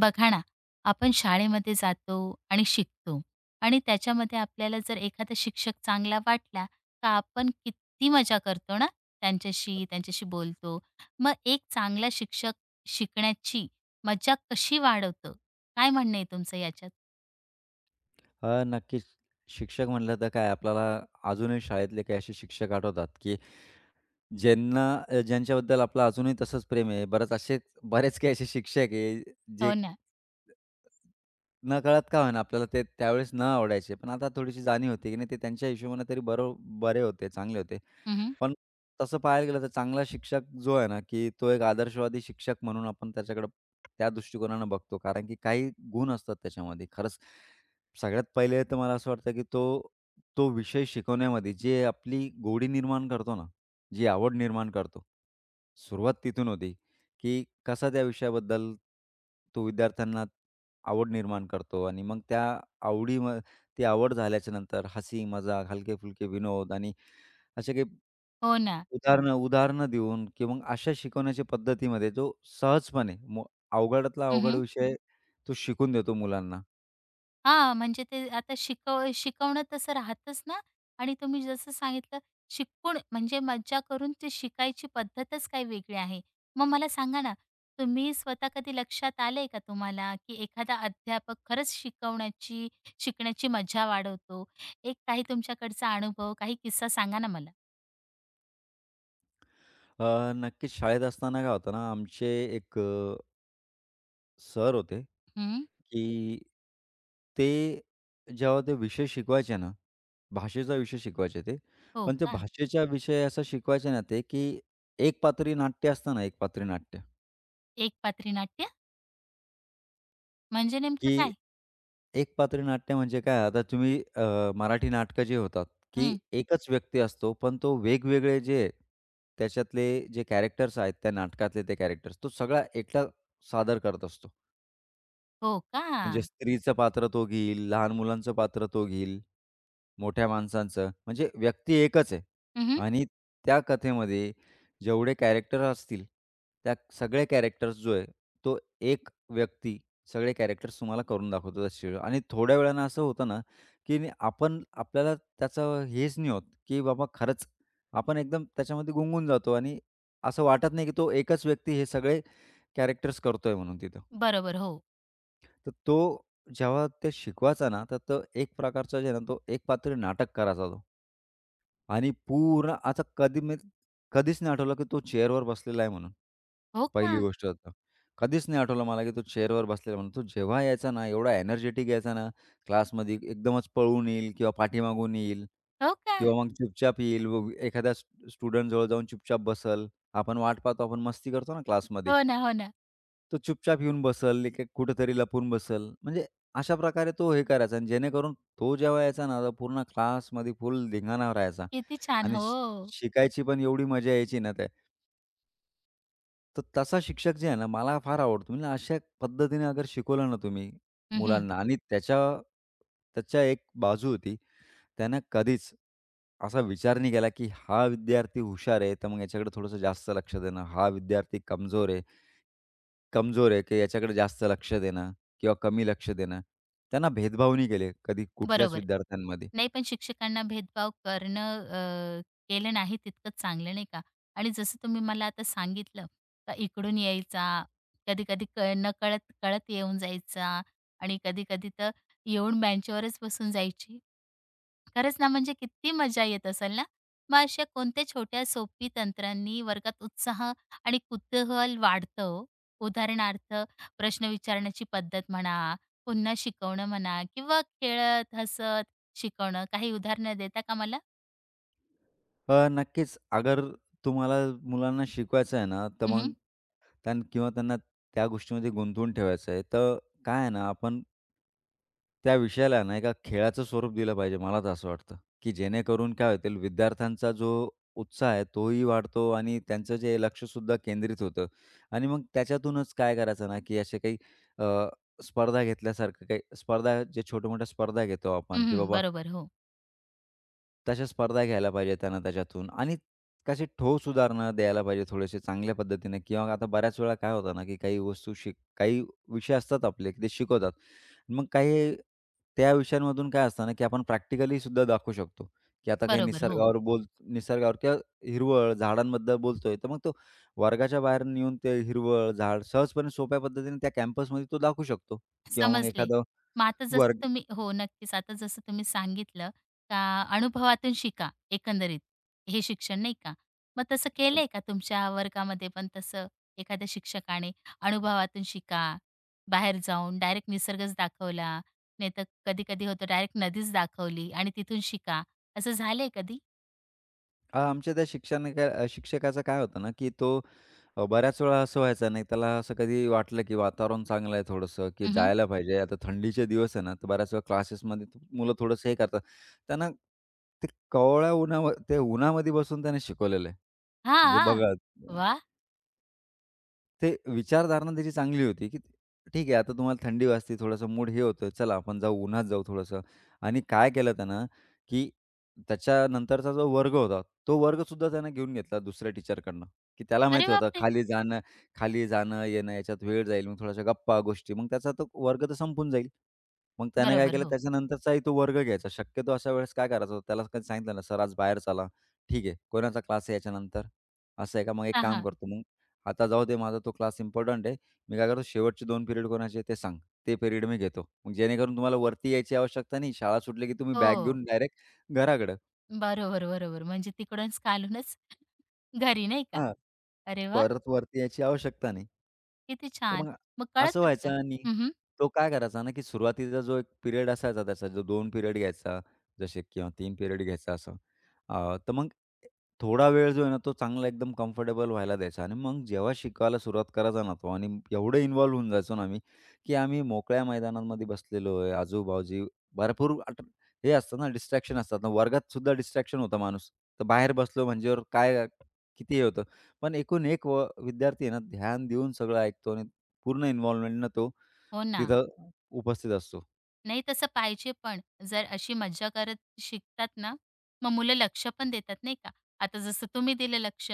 बघा ना, आपण शाळेमध्ये जातो आणि शिकतो आणि त्याच्यामध्ये आपल्याला जर एखादा शिक्षक चांगला वाटला, तर आपण किती मजा करतो ना त्यांच्याशी बोलतो. मग एक चांगला शिक्षक शिकण्याची मजा कशी वाढवतो? काय म्हणणं आहे तुमचं याच्यात? नक्कीच. शिक्षक म्हटलं तर काय आपल्याला अजूनही शाळेतले काही असे शिक्षक आठवतात, की ज्यांना ज्यांच्याबद्दल आपलं अजूनही तसंच प्रेम आहे. बरेच काही असे शिक्षक आहे, जे हो ना. नकळत का होईना आपल्याला ते त्यावेळेस न आवडायचे. पण आता थोडीशी जाणीव होती, की नाही ते त्यांच्या हिशोबाने तरी बरे होते, चांगले होते. हं. पण तसं पाहायला गेलं तर चांगला शिक्षक जो आहे ना, की तो एक आदर्शवादी शिक्षक म्हणून आपण त्याच्याकडं त्या दृष्टिकोनानं बघतो. कारण की काही गुण असतात त्याच्यामध्ये. खरंच सगळ्यात पहिले तर मला असं वाटतं, की तो तो विषय शिकवण्यामध्ये जे आपली गोडी निर्माण करतो ना, जी आवड निर्माण करतो. सुरुवात तिथून होती, की कसा त्या विषयाबद्दल तो विद्यार्थ्यांना आवड निर्माण करतो आणि मग त्या आवडीम ती आवड झाल्याच्यानंतर हसी, मजाक, हलके-फुलके विनोद आणि असे काही हो ना. उदाहरणं उदाहरणं देऊन किंवा मग अशा शिकवण्याच्या पद्धतीमध्ये जो सहजपणे मो अवघडातला अवघड विषय तो शिकून देतो मुलांना. हा, म्हणजे ते आता शिकवणं तसं राहतच ना आणि तुम्ही जसं सांगितलं शिकून म्हणजे मज्जा करून ती शिकायची पद्धतच काही वेगळी आहे. मग मला सांगा ना, तुम्ही स्वतः कधी लक्षात आलंय का तुम्हाला, की एखादा अध्यापक खरंच शिकण्याची मजा वाढवतो? एक काही तुमच्याकडचा अनुभव, काही किस्सा सांगा ना मला? नक्कीच शाळेत असताना काय होतं ना, आमचे एक सर होते, हं. की ते जेव्हा ते विषय शिकवायचे ना, भाषेचा विषय शिकवायचे ते. हो पण ते का? भाषेचा विषय असा शिकवायचे ना ते, की एकपात्री नाट्य असतं ना, एकपात्री नाट्य एक पात्री नाट्य? म्हणजे नेमकं काय? की एकपात्री नाट्य म्हणजे काय? आता तुम्ही मराठी नाटकं जी होतात, की हं. एकच व्यक्ती असतो, पण तो वेगवेगळे जे त्याच्यातले जे कॅरेक्टर्स आहेत, त्या नाटकातले ते कॅरेक्टर्स, तो सगळा एकटा सादर करत असतो. हो का? म्हणजे स्त्रीचं पात्र तो घेईल, लहान मुलांचं पात्र तो घेईल. मोठ्या माणसांचं, म्हणजे व्यक्ती एकच आहे हं. आणि त्या कथेमध्ये जेवढे कॅरेक्टर असतील, त्या सगळे कॅरेक्टर्स जो आहे, तो एक व्यक्ती सगळे कॅरेक्टर्स तुम्हाला करून दाखवतो त्या सीरियल आणि थोड्या वेळानं असं होतं ना, की आपण आपल्याला त्याचं हेच नाही होत, की बाबा खरंच आपण एकदम त्याच्यामध्ये गुंगून जातो आणि असं वाटत नाही, की तो एकच व्यक्ती हे सगळे कॅरेक्टर्स करतोय म्हणून तिथं. बरोबर. हो. तर तो जेव्हा ते शिकवायचा ना, तर तो एक प्रकारचा जे आहे ना, तो एक पात्री नाटक करायचा तो. आणि पूर्ण आता कधी मी कधीच नाही आठवलं की तो चेअरवर बसलेला आहे म्हणून. हो पहिली का? गोष्ट तर. कधीच नाही आठवलं मला की तो चेअरवर बसलेला म्हणून. तो जेव्हा यायचा ना, एवढा एनर्जेटिक यायचा ना क्लासमध्ये, एकदमच पळून येईल किंवा पाठीमागून येईल हो का? किंवा मग चुपचाप येईल. व एखाद्या स्टुडंट जवळ जाऊन चुपचाप बसेल. आपण वाट पाहतो, आपण मस्ती करतो ना क्लासमध्ये. हो ना, हो ना. तो चुपचाप येऊन बसेल, एक कुठेतरी लपून बसेल. म्हणजे अशा प्रकारे तो हे करायचा आणि जेणेकरून तो जेव्हा यायचा ना, तर पूर्ण क्लासमध्ये फुल धिंगाणा राहायचा. किती छान. आणि हो. शि शिकायची पण एवढी मजा यायची ना, त्यात. तर तसा शिक्षक जे आहे ना, मला फार आवडतो. म्हणजे अशा पद्धतीने अगर शिकवलं ना तुम्ही हं. मुलांना आणि त्याच्या त्याच्या एक बाजू होती, त्यानं कधीच असा विचार नाही केला, की हा विद्यार्थी हुशार आहे, तर मग याच्याकडे थोडंसं जास्त लक्ष देणं. हा विद्यार्थी कमजोर आहे कमजोर आहे, की याच्याकडे जास्त लक्ष देणं किंवा कमी लक्ष देणं. त्यांना भेदभाव नाही केले कधी कुठल्याच बरोबर. विद्यार्थ्यांमध्ये. नाही, पण शिक्षकांना भेदभाव करणं केलं नाही तितकंच चांगलं, नाही का? आणि जसं तुम्ही मला आता सांगितलं का इकडून यायचा, कधी-कधी नकळत कळत कळत येऊन जायचा आणि कधी-कधी तर येऊन बेंचवरच बसून जायची. खरंच ना, म्हणजे किती मजा येत असेल ना? मग अशा कोणत्या छोट्या सोपी तंत्रांनी वर्गात उत्साह आणि कुतूहल वाढतं हो? उदाहरणार्थ प्रश्न विचारण्याची पद्धत म्हणा, पुन्हा शिकवणं म्हणा किंवा खेळत, हसत शिकवणं. काही उदाहरणं देता का मला? नक्कीच. अगर तुम्हाला मुलांना शिकवायचं आहे ना, तर हं, मग हं. त्यांना त्या गोष्टीमध्ये गुंतवून ठेवायचं आहे, तर काय आहे ना, आपण त्या विषयाला ना एका खेळाचं स्वरूप दिलं पाहिजे. मला तर असं वाटतं, की जेणेकरून काय होतील विद्यार्थ्यांचा जो उत्साह आहे तोही वाढतो आणि त्यांचं जे लक्षसुद्धा केंद्रित होतं आणि मग त्याच्यातूनच काय करायचं ना, की असे काही अ, स्पर्धा घेतल्यासारखं काही स्पर्धा जे छोट्या-मोठ्या स्पर्धा घेतो आपण, की बाबा बरोबर. हो. तशा स्पर्धा घ्यायला पाहिजे त्यानं त्याच्यातून आणि कशी ठोस उदाहरणं द्यायला पाहिजे थोडेसे चांगल्या पद्धतीने किंवा आता बऱ्याच वेळा काय होतं ना, की काही वस्तू शिक काही विषय असतात आपले, की ते शिकवतात. मग काही त्या विषयांमधून काय असतं ना, की आपण प्रॅक्टिकली सुद्धा दाखवू शकतो, की आता काही बरोबर. हो. निसर्गावर बोल निसर्गावर किंवा हिरवळ, झाडांबद्दल बोलतोय, तर मग तो वर्गाच्या बाहेर नेऊन ते हिरवळ, झाड सहजपणे सोप्या पद्धतीने त्या कॅम्पसमध्ये तो दाखवू शकतो किंवा मग समजले. एखादं मग आता जसं वर्ग तुम्ही हो, नक्कीच. आता जसं तुम्ही सांगितलं का अनुभवातून शिका एकंदरीत हे शिक्षण नाही का? मग तसं केलंय का तुमच्या वर्गामध्ये पण तसं एखाद्या शिक्षकाने अनुभवातून शिका, बाहेर जाऊन डायरेक्ट निसर्गच दाखवला, नाहीतर कधी-कधी होतं डायरेक्ट नदीच दाखवली आणि तिथून शिका, असं झालंय कधी? हां, आमच्या त्या शिक्षकाचं काय होतं ना, की तो बऱ्याच वेळा असं व्हायचं नाही त्याला असं कधी वाटलं की वातावरण चांगलं आहे थोडंसं, की हं, हं. जायला पाहिजे. आता थंडीचे दिवस आहे ना, तर बऱ्याच वेळा क्लासेसमध्ये मुलं थोडंसं हे करतात. त्यांना ते उन्हामध्ये बसून त्याने शिकवलेलं आहे. हां, म्हणजे हां. बघा ते विचारधारणा त्याची चांगली होती, की ठीक आहे आता तुम्हाला थंडी वाजते, थोडासा मूड हे होतोय, चला आपण जाऊ उन्हात जाऊ थोडंसं आणि काय केलं त्यानं, की त्याच्यानंतरचा जो वर्ग होता, तो वर्गसुद्धा त्यानं घेऊन घेतला दुसऱ्या टीचरकडनं, की त्याला अरे माहिती होतं बापरे! खाली जाणं, येणं याच्यात वेळ जाईल, मग थोड्याशा गप्पा, गोष्टी मग त्याचा तो वर्ग तर संपून जाईल. मग त्यानं काय बरोबर. केलं हो. त्याच्यानंतरचाही तो वर्ग घ्यायचा. शक्यतो अशा वेळेस काय करायचं होतं, त्याला कधी सांगितलं ना, "सर आज बाहेर चला." "ठीक आहे, कोणाचा क्लास आहे याच्यानंतर?" "असं आहे का? मग एक हां, काम हां. करतो आता जाऊ दे माझा तो क्लास इम्पोर्टंट आहे. मी काय करतो शेवटचे दोन पिरियड कोणाचे आहेत ते सांग. ते पिरियड मी घेतो. मग जेणेकरून तुम्हाला वरती यायची आवश्यकता नाही. शाळा सुटली की तुम्ही बॅग हो. घेऊन डायरेक्ट घराकडं. बरोबर, बरोबर. म्हणजे तिकडूनच कालवूनच घरी नाही का? हां. अरे वा. परत वरती यायची आवश्यकता नाही. किती तर छान. मग मग कळत असं होतं व्हायचं का? आणि हं. तो काय करायचा ना, की सुरुवातीचा जो एक पिरियड असायचा त्याचा जो 2 पिरियड घ्यायचा जसे किंवा 3 पिरियड घ्यायचा असं. तर मग थोडा वेळ जो आहे ना, तो चांगला एकदम कम्फर्टेबल व्हायला द्यायचा आणि मग जेव्हा शिकवायला सुरुवात करायचा ना तो आणि एवढं इन्व्हॉल्व होऊन जायचो ना आम्ही, की आम्ही मोकळ्या मैदानांमध्ये बसलेलो आहे. आजूबाजू भरपूर आट हे असतं ना डिस्ट्रॅक्शन असतात ना. वर्गात सुद्धा डिस्ट्रॅक्शन होता माणूस. तर बाहेर बसलो म्हणजे काय किती हे होतं. पण एकूण एक विद्यार्थी आहे ना, ध्यान देऊन सगळं ऐकतो आणि पूर्ण इन्व्हॉल्वमेंटनं तो हो ना. तिथं उपस्थित असतो. नाही तसं पाहिजे पण. जर अशी मज्जा करत शिकतात ना, मग मुलं लक्ष पण देतात नाही का. आता जसं तुम्ही दिलं लक्ष.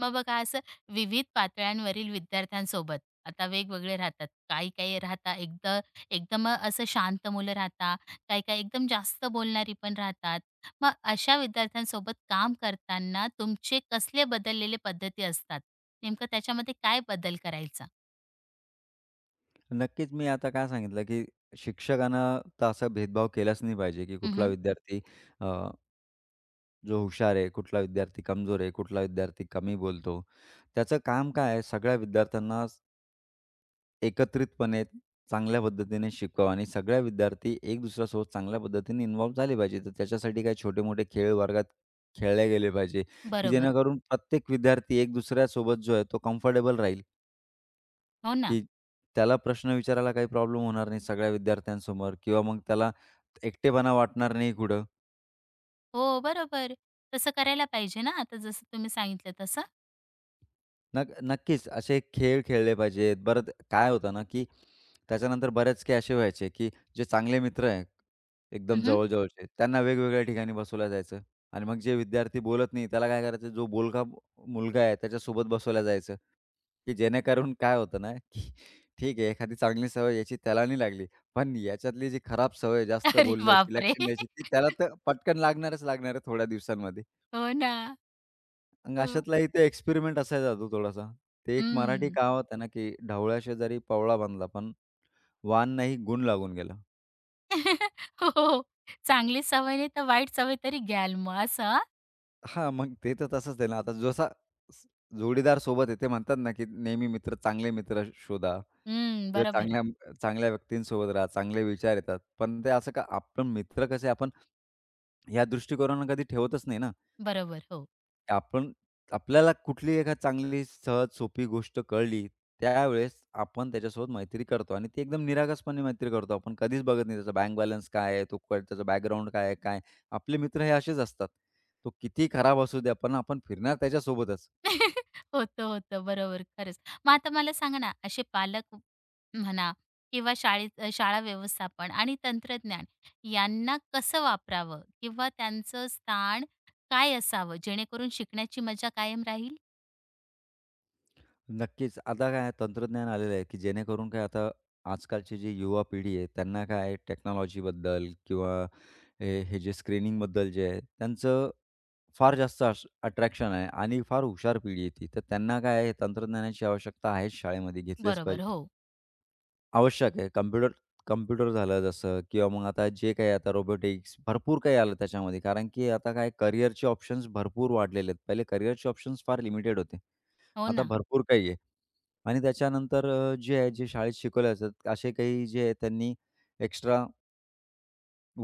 मग बघा असं विविध पातळ्यांवरील विद्यार्थ्यांसोबत आता वेगवेगळे राहतात. काही-काही राहतात एकदा एकदम एकदम असं शांत मुलं राहतात, काही-काही एकदम जास्त बोलणारी पण राहतात. मग अशा विद्यार्थ्यांसोबत काम करताना तुमचे कसले बदललेले पद्धती असतात? नेमकं त्याच्यामध्ये काय बदल करायचा? नक्कीच मी आता काय सांगितलं, की शिक्षकानं तर असा भेदभाव केलाच नाही पाहिजे, की कुठला हं. विद्यार्थी अ, जो हुशार आहे, कुठला विद्यार्थी कमजोर आहे, कुठला विद्यार्थी कमी बोलतो. त्याचं काम काय आहे सगळ्या विद्यार्थ्यांना एकत्रितपणे चांगल्या पद्धतीने शिकवावं आणि सगळ्या विद्यार्थी एक दुसऱ्यासोबत चांगल्या पद्धतीने इन्व्हॉल्व झाले पाहिजे. तर त्याच्यासाठी काही छोटे-मोठे खेळ वर्गात खेळले गेले पाहिजे, की बरोबर. जेणेकरून प्रत्येक विद्यार्थी एक दुसऱ्यासोबत जो आहे तो कम्फर्टेबल राहील, हो ना. की त्याला प्रश्न विचारायला काही प्रॉब्लेम होणार नाही सगळ्या विद्यार्थ्यांसमोर किंवा मग त्याला एकटेपणा वाटणार नाही कुठं. हो, बरोबर. तसं करायला पाहिजे ना, आता जसं तुम्ही सांगितलं तसं. नक्कीच असे खेळ खेळले पाहिजेत. बरं काय होतं ना, की त्याच्यानंतर बरेच काही असे व्हायचे, की जे चांगले मित्र आहे, एकदम हं. जवळ-जवळचे, त्यांना वेगवेगळ्या ठिकाणी बसवलं जायचं आणि मग जे विद्यार्थी बोलत नाही, त्याला काय करायचं, जो बोलका मुलगा आहे त्याच्यासोबत बसवलं जायचं, की जेणेकरून काय होतं ना, की ठीक आहे, एखादी चांगली सवय याची त्याला नाही लागली, पण याच्यातली जी खराब सवय, जास्त अरे बोलण्याची, लक्ष बापरे! द्यायची, ती त्याला तर पटकन लागणार आहे थोड्या दिवसांमध्ये. हो ना. मग हो. अशातलाही ते एक्सपेरिमेंट असायचा तो थोडासा. ते एक मराठी हं. कहावत आहे ना, की "ढवळ्याशेजारी पवळा बांधला, पण वान नाही गुण लागून गेला." हो. चांगली सवय नाही तर वाईट सवय तरी घ्याल मग असं हां. हां, मग ते तर तसंच आहे ना. आता जसा स जोडीदार सोबत आहे, ते म्हणतात ना, की नेहमी चांगले मित्र शोधा हं, किंवा बरोबर, चांगल्या चांगल्या व्यक्तींसोबत राहा, चांगले विचार येतात. पण ते असं का आपण मित्र कसे आपण या दृष्टिकोनानं कधी ठेवतच नाही ना. बरोबर. हो. आपण आपल्याला कुठली एखाद चांगली सहज सोपी गोष्ट कळली, त्यावेळेस आपण त्याच्यासोबत मैत्री करतो आणि ती एकदम निरागसपणे मैत्री करतो. आपण कधीच बघत नाही त्याचा बँक बॅलन्स काय आहे, तो क त्याचा बॅकग्राऊंड काय आहे, काय? आपले मित्र हे असेच असतात. तो किती खराब असू द्या, पण आपण फिरणार त्याच्यासोबतच. होतं, होतं. बरोबर, खरंच. मग आता मला सांगा ना, असे पालक म्हणा किंवा शाळेत व्यवस्थापन आणि तंत्रज्ञान यांना कसं वापरावं किंवा त्यांचं स्थान काय असावं जेणेकरून शिकण्याची मजा कायम राहील? नक्कीच. आता काय तंत्रज्ञान आलेलं आहे, की जेणेकरून काय आता आजकालची जी युवा पिढी आहे, त्यांना काय टेक्नॉलॉजीबद्दल किंवा हे हे जे स्क्रीनिंगबद्दल जे आहे, त्यांचं फार जास्त अट्रॅक्शन आहे आणि फार हुशार पिढी आहे ती. तर त्यांना काय आहे तंत्रज्ञानाची आवश्यकता आहेच शाळेमध्ये घेतलेच बरोबर. पाहिजे. हो. आवश्यक आहे. कम्प्युटर कम्प्युटर झालं जसं किंवा मग आता जे काही आता रोबोटिक्स भरपूर काही आलं त्याच्यामध्ये. कारण की आता काय करिअरचे ऑप्शन्स भरपूर वाढलेले आहेत. पहिले करिअरचे ऑप्शन्स फार लिमिटेड होते. हो आता ना. भरपूर काही आहे आणि त्याच्यानंतर जे आहे जे शाळेत शिकवले जातात असे काही जे आहे त्यांनी एक्स्ट्रा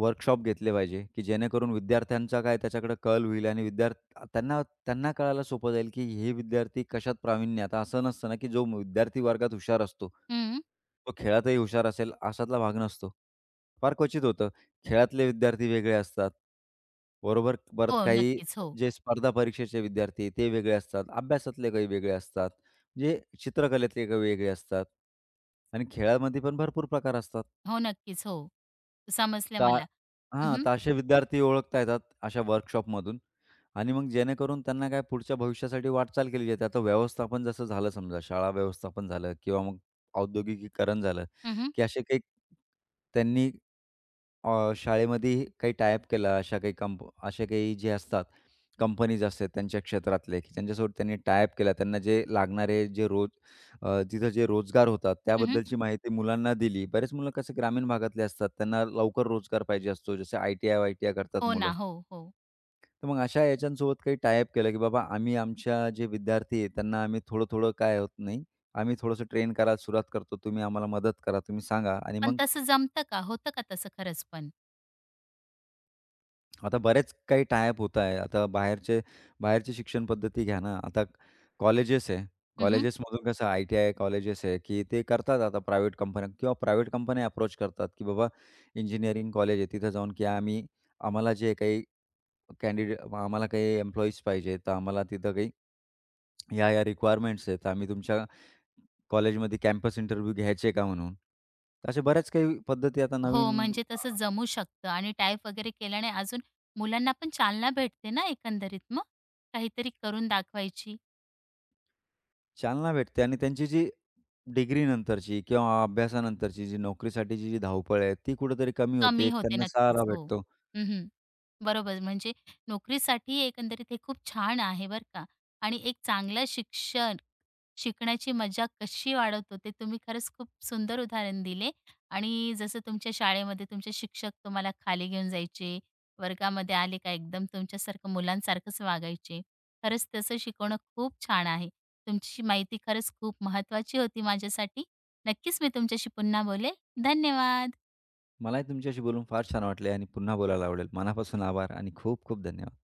वर्कशॉप घेतले पाहिजे, की जेणेकरून विद्यार्थ्यांचा काय त्याच्याकडे कल होईल आणि विद्यार्थी त्यांना त्यांना कळायला सोपं जाईल, की हे विद्यार्थी कशात प्रावीण्य. आता असं नसतं ना, की जो विद्यार्थी वर्गात हुशार असतो, हं. तो खेळातही हुशार असेल अशातला भाग नसतो. फार क्वचित होतं. खेळातले विद्यार्थी वेगळे असतात. बरोबर, परत हो, काही नक्कीच. हो. जे स्पर्धा परीक्षेचे विद्यार्थी ते वेगळे असतात. अभ्यासातले काही वेगळे असतात. जे चित्रकलेतले काही वेगळे असतात आणि खेळामध्ये पण भरपूर प्रकार असतात. हो, नक्कीच. हो. समजलं तर मला. हं, हां, हं. तर असे विद्यार्थी ओळखता येतात अशा वर्कशॉपमधून आणि मग जेणेकरून त्यांना काय पुढच्या भविष्यासाठी वाटचाल केली जाते. आता व्यवस्थापन जसं झालं समजा, शाळा व्यवस्थापन झालं किंवा मग औद्योगिकीकरण झालं, हं. की असे काही त्यांनी शाळेमध्ये काही टाय-अप केला, अशा काही जे असतात, कंपनीज असतात त्यांच्या क्षेत्रातले, की त्यांच्यासोबत त्यांनी टाय-अप केला. त्यांना जे लागणारे जे रोज तिथं जे रोजगार होतात, त्याबद्दलची माहिती मुलांना दिली. बरेच मुलं कसं ग्रामीण भागातले असतात, त्यांना लवकर रोजगार पाहिजे असतो, जसे आय-टी-आय-वाय-टी-आय करतात हो ना. मुलं. हो, हो. तर मग अशा याच्यांसोबत काही टाय केलं, की बाबा आम्ही आमच्या जे विद्यार्थी आहे, त्यांना आम्ही थोडं-थोडं काय होत नाही, आम्ही थोडंसं ट्रेन करायला सुरुवात करतो. तुम्ही आम्हाला मदत करा, तुम्ही सांगा आणि पण मग तसं जमतं का? होतं का तसं खरंच पण? आता बरेच काही टायअप होत आहे. आता बाहेरचे बाहेरची शिक्षण पद्धती घ्या ना. आता कॉलेजेस आहे. हं. कॉलेजेसमधून कसं आय-टी-आय कॉलेजेस आहे, की ते करतात आता प्रायव्हेट कंपन्या किंवा प्रायव्हेट कंपन्या अप्रोच करतात, की बाबा इंजिनिअरिंग कॉलेज आहे तिथं जाऊन, की आम्हाला जे काही आम्हाला काही एम्प्लॉईज पाहिजे, तर आम्हाला तिथं काही या-या रिक्वायरमेंट्स आहेत. आम्ही तुमच्या कॉलेजमध्ये कॅम्पस इंटरव्ह्यू घ्यायचे का म्हणून. अशा बऱ्याच काही पद्धती आता हो, नवीन म्हणजे तसं जमू शकतं आणि टाइप वगैरे केल्याने अजून मुलांना पण चालना भेटते ना एकंदरीत मग? काहीतरी करून दाखवायची. चालना भेटते आणि त्यांची जी डिग्रीनंतरची किंवा अभ्यासानंतरची जी नोकरीसाठीची जी धावपळ आहे, ती कुठेतरी कमी होते. कमी एक होते त्यांना सहारा नक्कीच. हो. भेटतो. हं, हं. बरोबर. म्हणजे नोकरीसाठी एकंदरीत हे खूप छान आहे बरं का आणि एक चांगलं शिक्षण, शिकण्याची मजा कशी वाढवतो ते तुम्ही खरंच खूप सुंदर उदाहरण दिले आणि जसं तुमच्या शाळेमध्ये तुमचे शिक्षक तुम्हाला खाली घेऊन जायचे, वर्गामध्ये आले का एकदम तुमच्यासारखं मुलांसारखंच वागायचे. खरंच तसं शिकवणं खूप छान आहे. तुमची माहिती खरंच खूप महत्त्वाची होती माझ्यासाठी. नक्कीच मी तुमच्याशी पुन्हा बोलेल. धन्यवाद. मलाही तुमच्याशी बोलून फार छान वाटले आणि पुन्हा बोलायला आवडेल. मनापासून आभार आणि खूप खूप धन्यवाद.